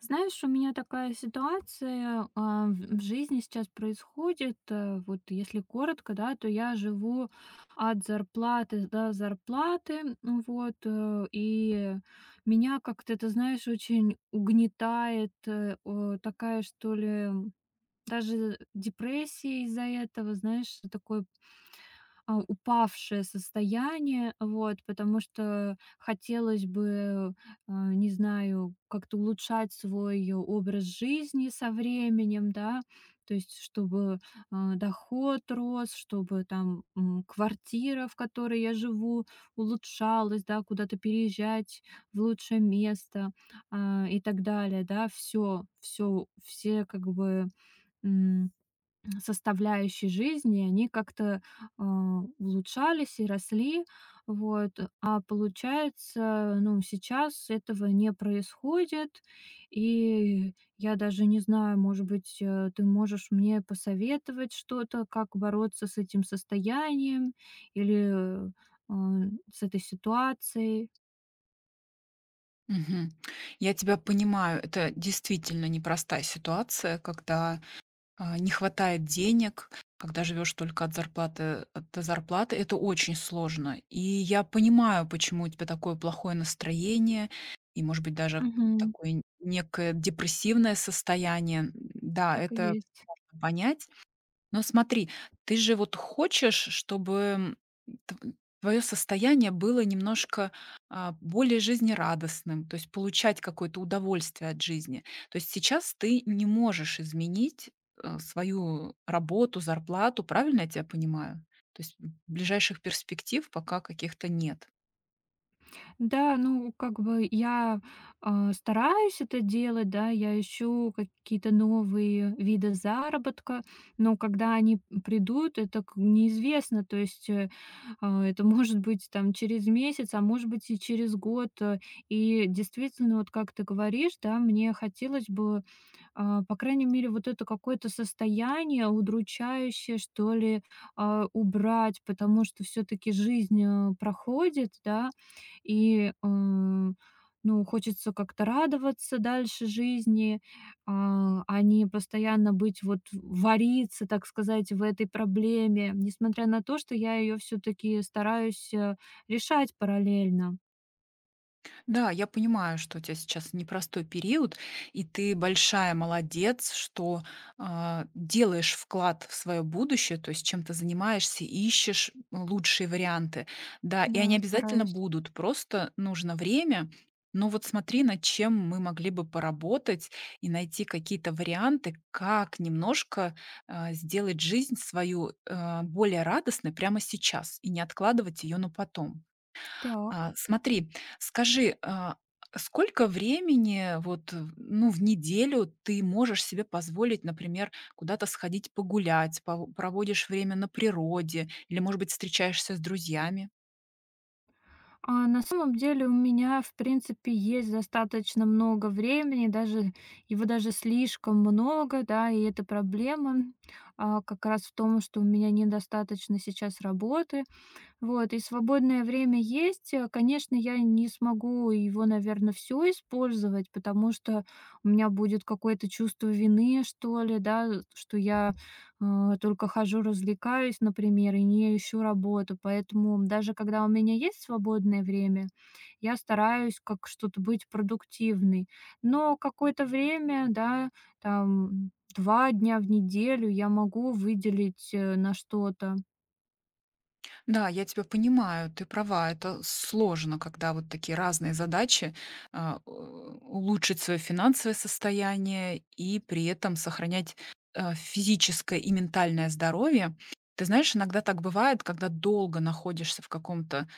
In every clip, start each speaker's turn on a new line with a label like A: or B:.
A: Знаешь, у меня такая ситуация, в жизни сейчас происходит. Вот если коротко, да, то я живу от зарплаты до зарплаты, ну вот, и меня как-то, ты знаешь, очень угнетает, такая, что ли, даже депрессия из-за этого, знаешь, такой упавшее состояние, вот, потому что хотелось бы, не знаю, как-то улучшать свой образ жизни со временем, да, то есть чтобы доход рос, чтобы там, квартира, в которой я живу, улучшалась, да, куда-то переезжать в лучшее место, и так далее, да, все, все, все как бы составляющие жизни, и они как-то, а, улучшались и росли. Вот. А получается, ну, сейчас этого не происходит. И я даже не знаю, может быть, ты можешь мне посоветовать что-то, как бороться с этим состоянием или, с этой ситуацией.
B: Мгм. Я тебя понимаю, это действительно непростая ситуация, когда не хватает денег, когда живешь только от зарплаты до зарплаты, это очень сложно. И я понимаю, почему у тебя такое плохое настроение, и, может быть, даже
A: Мгм.
B: такое некое депрессивное состояние. Да,
A: Так и
B: это
A: есть.
B: понять. Но смотри, ты же вот хочешь, чтобы твое состояние было немножко, более жизнерадостным, то есть получать какое-то удовольствие от жизни. То есть сейчас ты не можешь изменить, свою работу, зарплату, правильно я тебя понимаю? То есть, ближайших перспектив пока каких-то нет.
A: Да, ну, как бы я, стараюсь это делать, да, я ищу какие-то новые виды заработка, но когда они придут, это к неизвестно. То есть, это может быть там через месяц, а может быть и через год. И действительно, вот как ты говоришь, да, мне хотелось бы, по крайней мере, вот это какое-то состояние удручающее, что ли, убрать, потому что все таки жизнь, проходит, да, и, ну, хочется как-то радоваться дальше жизни, а не постоянно быть вот вариться, так сказать, в этой проблеме, несмотря на то, что я ее все таки стараюсь, решать параллельно.
B: Да, я понимаю, что у тебя сейчас непростой период, и ты большая молодец, что делаешь вклад в свое будущее, то есть чем ты занимаешься, ищешь лучшие варианты. Да, и
A: Да.
B: они обязательно
A: Стараюсь.
B: будут, просто нужно время. Но вот смотри, над чем мы могли бы поработать и найти какие-то варианты, как немножко сделать жизнь свою более радостной прямо сейчас и не откладывать ее на потом.
A: Так.
B: Смотри, скажи, сколько времени вот, ну, в неделю ты можешь себе позволить, например, куда-то сходить погулять, пов проводишь время на природе или, может быть, встречаешься с друзьями?
A: А на самом деле у меня, в принципе, есть достаточно много времени, даже его даже слишком много, да, и эта проблема, как раз в том, что у меня недостаточно сейчас работы, вот, и свободное время есть. Конечно, я не смогу его, наверное, все использовать, потому что у меня будет какое-то чувство вины, что ли, да, что я, э, только хожу, развлекаюсь, например, и не ищу работу. Поэтому даже когда у меня есть свободное время, я стараюсь как что-то быть продуктивной. Но какое-то время, да, там 2 дня в неделю я могу выделить, на что-то.
B: Да, я тебя понимаю, ты права, это сложно, когда вот такие разные задачи, а, у улучшить свое финансовое состояние и при этом сохранять, физическое и ментальное здоровье. Ты знаешь, иногда так бывает, когда долго находишься в каком-то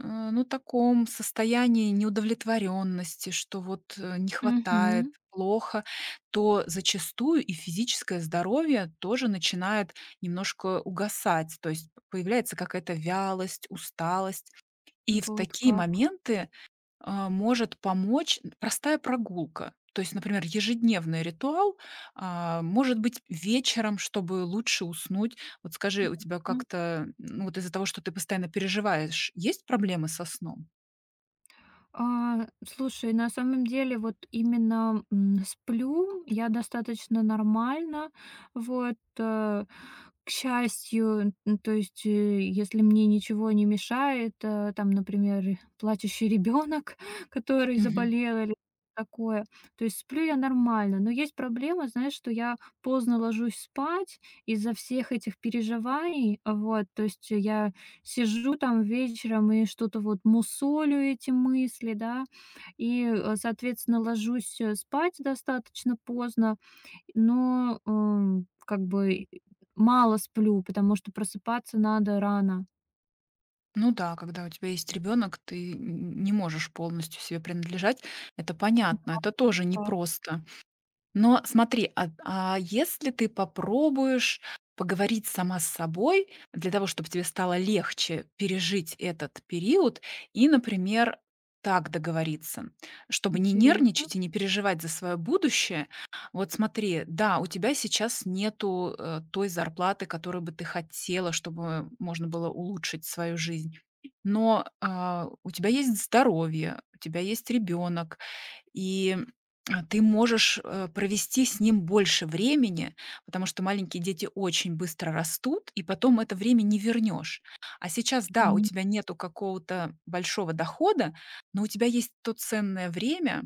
B: Ну, таком состоянии неудовлетворенности, что вот, не
A: Мгм.
B: хватает, плохо, то зачастую и физическое здоровье тоже начинает немножко угасать. То есть п появляется какая-то вялость, усталость. И в
A: Вот
B: такие
A: как.
B: моменты может помочь простая прогулка. То есть, например, ежедневный ритуал, может быть, вечером, чтобы лучше уснуть. Вот скажи, у тебя
A: Ясно.
B: как-то, ну, вот из-за того, что ты постоянно переживаешь, есть проблемы со сном?
A: Слушай, на самом деле вот именно, сплю я достаточно нормально. Вот, к счастью, н то есть, если мне ничего не мешает, там, например, плачущий ребенок, который
B: Мгм.
A: заболел или такое, то есть сплю я нормально. Но есть проблема, знаешь, что я поздно ложусь спать из-за всех этих переживаний. Вот, то есть я сижу там вечером и что-то вот мусолю эти мысли, да, и, соответственно, ложусь, спать достаточно поздно, но, как бы мало сплю, потому что просыпаться надо рано.
B: Ну да, когда у тебя есть ребенок, ты не можешь полностью себе принадлежать. Это понятно, это тоже
A: Так,
B: непросто. Но смотри, а если ты попробуешь поговорить сама с собой для того, чтобы тебе стало легче пережить этот период и, например, так договориться, чтобы не
A: интересно.
B: нервничать и не переживать за свое будущее. Вот смотри, да, у тебя сейчас нету той зарплаты, которую бы ты хотела, чтобы можно было улучшить свою жизнь. Но у тебя есть здоровье, у тебя есть ребенок, и, ты можешь, провести с ним больше времени, потому что маленькие дети очень быстро растут, и потом это время не вернешь. А сейчас, да, у
A: Коне
B: тебя нету какого-то большого дохода, но у тебя есть то ценное время,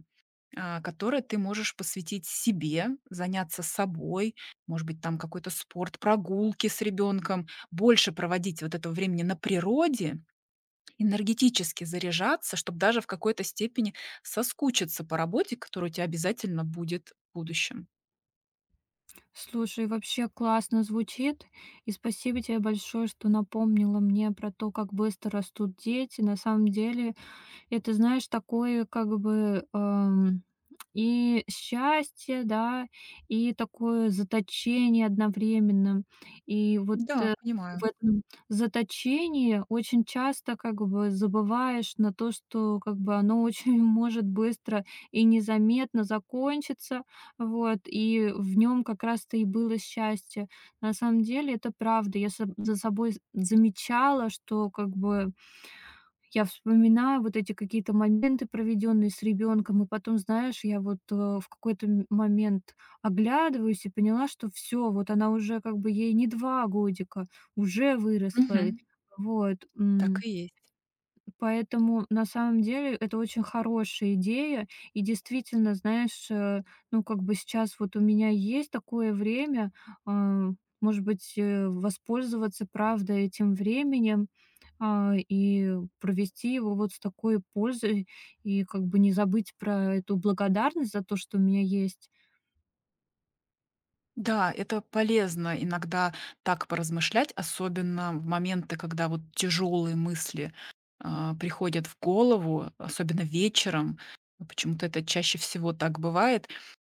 B: которое ты можешь посвятить себе, заняться собой, может быть, там какой-то спорт, прогулки с ребенком, больше проводить вот этого времени на природе. Энергетически заряжаться, чтобы даже в какой-то степени соскучиться по работе, которая у тя обязательно будет в будущем.
A: Слушай, вообще классно звучит, и спасибо тебе большое, что напомнила мне про то, как быстро растут дети. На самом деле это, знаешь, такое как бы, и счастье, да, и такое заточение одновременно. И вот,
B: Да,
A: в
B: понимаю.
A: этом заточении очень часто как бы забываешь на то, что как бы оно очень может быстро и незаметно закончиться, вот, и в нем как раз-то и было счастье. На самом деле это правда. Я соб за собой замечала, что как бы я вспоминаю вот эти какие-то моменты, проведенные с ребенком, и потом, знаешь, я вот, в какой-то момент оглядываюсь и поняла, что все, вот она уже как бы ей не 2 годика, уже выросла.
B: Мгм.
A: Вот,
B: Так и есть.
A: поэтому на самом деле это очень хорошая идея. И действительно, знаешь, ну, как бы сейчас вот у меня есть такое время, а, может быть, воспользоваться, правда, этим временем, и провести его вот с такой пользой, и как бы не забыть про эту благодарность за то, что у меня есть.
B: Да, это полезно иногда так поразмышлять, особенно в моменты, когда вот тяжелые мысли приходят в голову, особенно вечером. Почему-то это чаще всего так бывает.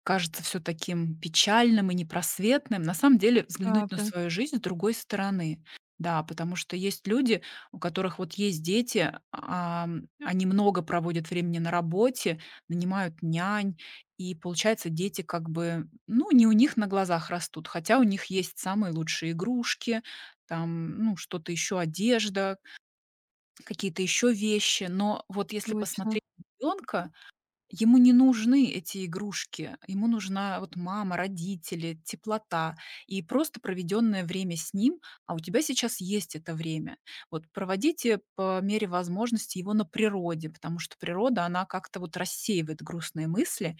B: Кажется все таким печальным и непросветным. На самом деле
A: Правда,
B: взглянуть на
A: точно.
B: свою жизнь с другой стороны. Да, потому что есть люди, у которых вот есть дети, они много проводят времени на работе, нанимают нянь, и получается, дети как бы, ну, не у них на глазах растут, хотя у них есть самые лучшие игрушки, там, ну, что-то еще, одежда, какие-то еще вещи. Но вот если
A: Точно,
B: посмотреть на ребенка, ему не нужны эти игрушки, ему нужна вот мама, родители, теплота и просто проведенное время с ним, а у тебя сейчас есть это время. Вот проводите по мере возможности его на природе, потому что природа, она как-то вот рассеивает грустные мысли,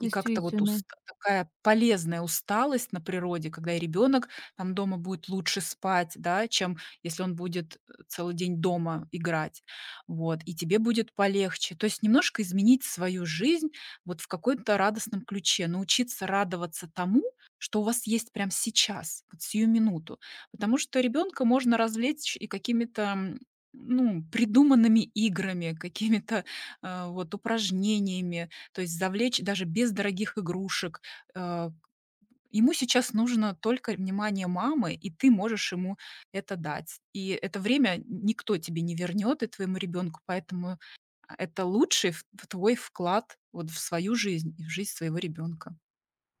B: и как-то вот уста такая полезная усталость на природе, когда и ребенок там дома будет лучше спать, да, чем если он будет, целый день дома играть. Вот. И тебе будет полегче. То есть немножко изменить свою жизнь вот в каком то радостном ключе, научиться радоваться тому, что у вас есть прямо сейчас, вот сию минуту. Потому что ребенка можно развлечь и какими-то, ну, придуманными играми, какими-то, вот упражнениями, то есть завлечь даже без дорогих игрушек. Э, ему сейчас нужно только внимание мамы, и ты можешь ему это дать. И это время никто тебе не вернет и твоему ребенку, поэтому это лучший в твой вклад вот в свою жизнь и в жизнь своего ребенка.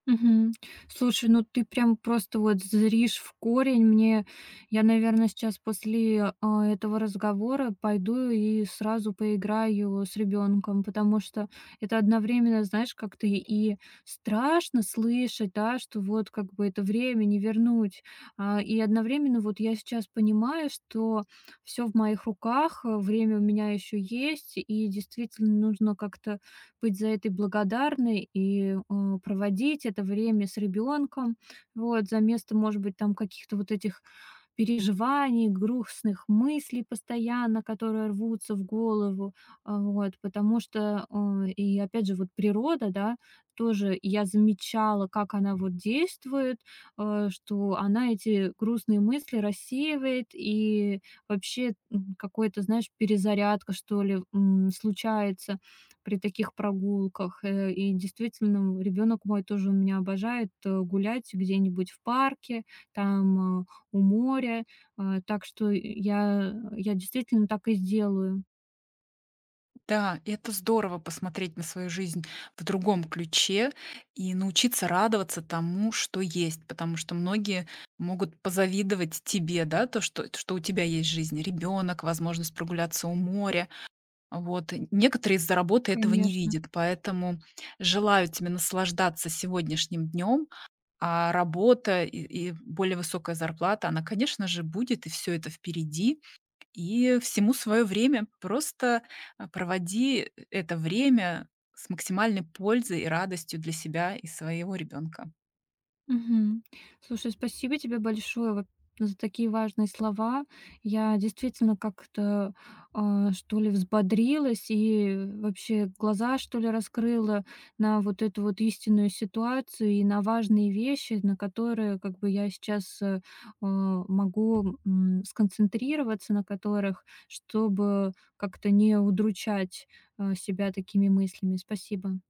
A: Мгм. Слушай, ну ты прям просто вот зришь в корень. Мне Я, наверное, сейчас после, этого разговора пойду и сразу поиграю с ребенком, потому что это одновременно, знаешь, как-то и страшно слышать, да, что вот как бы это время не вернуть. И одновременно вот я сейчас понимаю, что все в моих руках, время у меня еще есть, и действительно нужно как-то быть за это благодарной и, проводить это время с ребенком, вот, за место, может быть, там каких-то вот этих переживаний, грустных мыслей постоянно, которые рвутся в голову. Вот, потому что, и опять же, вот природа, да, тоже я замечала, как она вот действует, что она эти грустные мысли рассеивает, и вообще, какой-то, знаешь, перезарядка, что ли, случается при таких прогулках. И действительно, ребенок мой тоже у меня обожает, гулять где-нибудь в парке, там, у моря. Так что я действительно так и сделаю.
B: Да, и это здорово посмотреть на свою жизнь в другом ключе и научиться радоваться тому, что есть, потому что многие могут позавидовать тебе, да, то, что у тебя есть жизнь, ребенок, возможность прогуляться у моря. Вот. И некоторые из-за работы этого не
A: Конечно.
B: видят, поэтому желаю тебе наслаждаться сегодняшним днем, а работа и более высокая зарплата, она, конечно же, будет, и все это впереди, и всему свое время. Просто, проводи это время с максимальной пользой и радостью для себя и своего ребенка.
A: Мгм. Слушай, спасибо тебе большое вот за такие важные слова. Я действительно как-то, что ли, взбодрилась и вообще глаза, что ли, раскрыла на вот эту вот истинную ситуацию и на важные вещи, на которые как бы я сейчас, а, могу, сконцентрироваться, на которых, чтобы как-то не удручать, себя такими мыслями. Спасибо.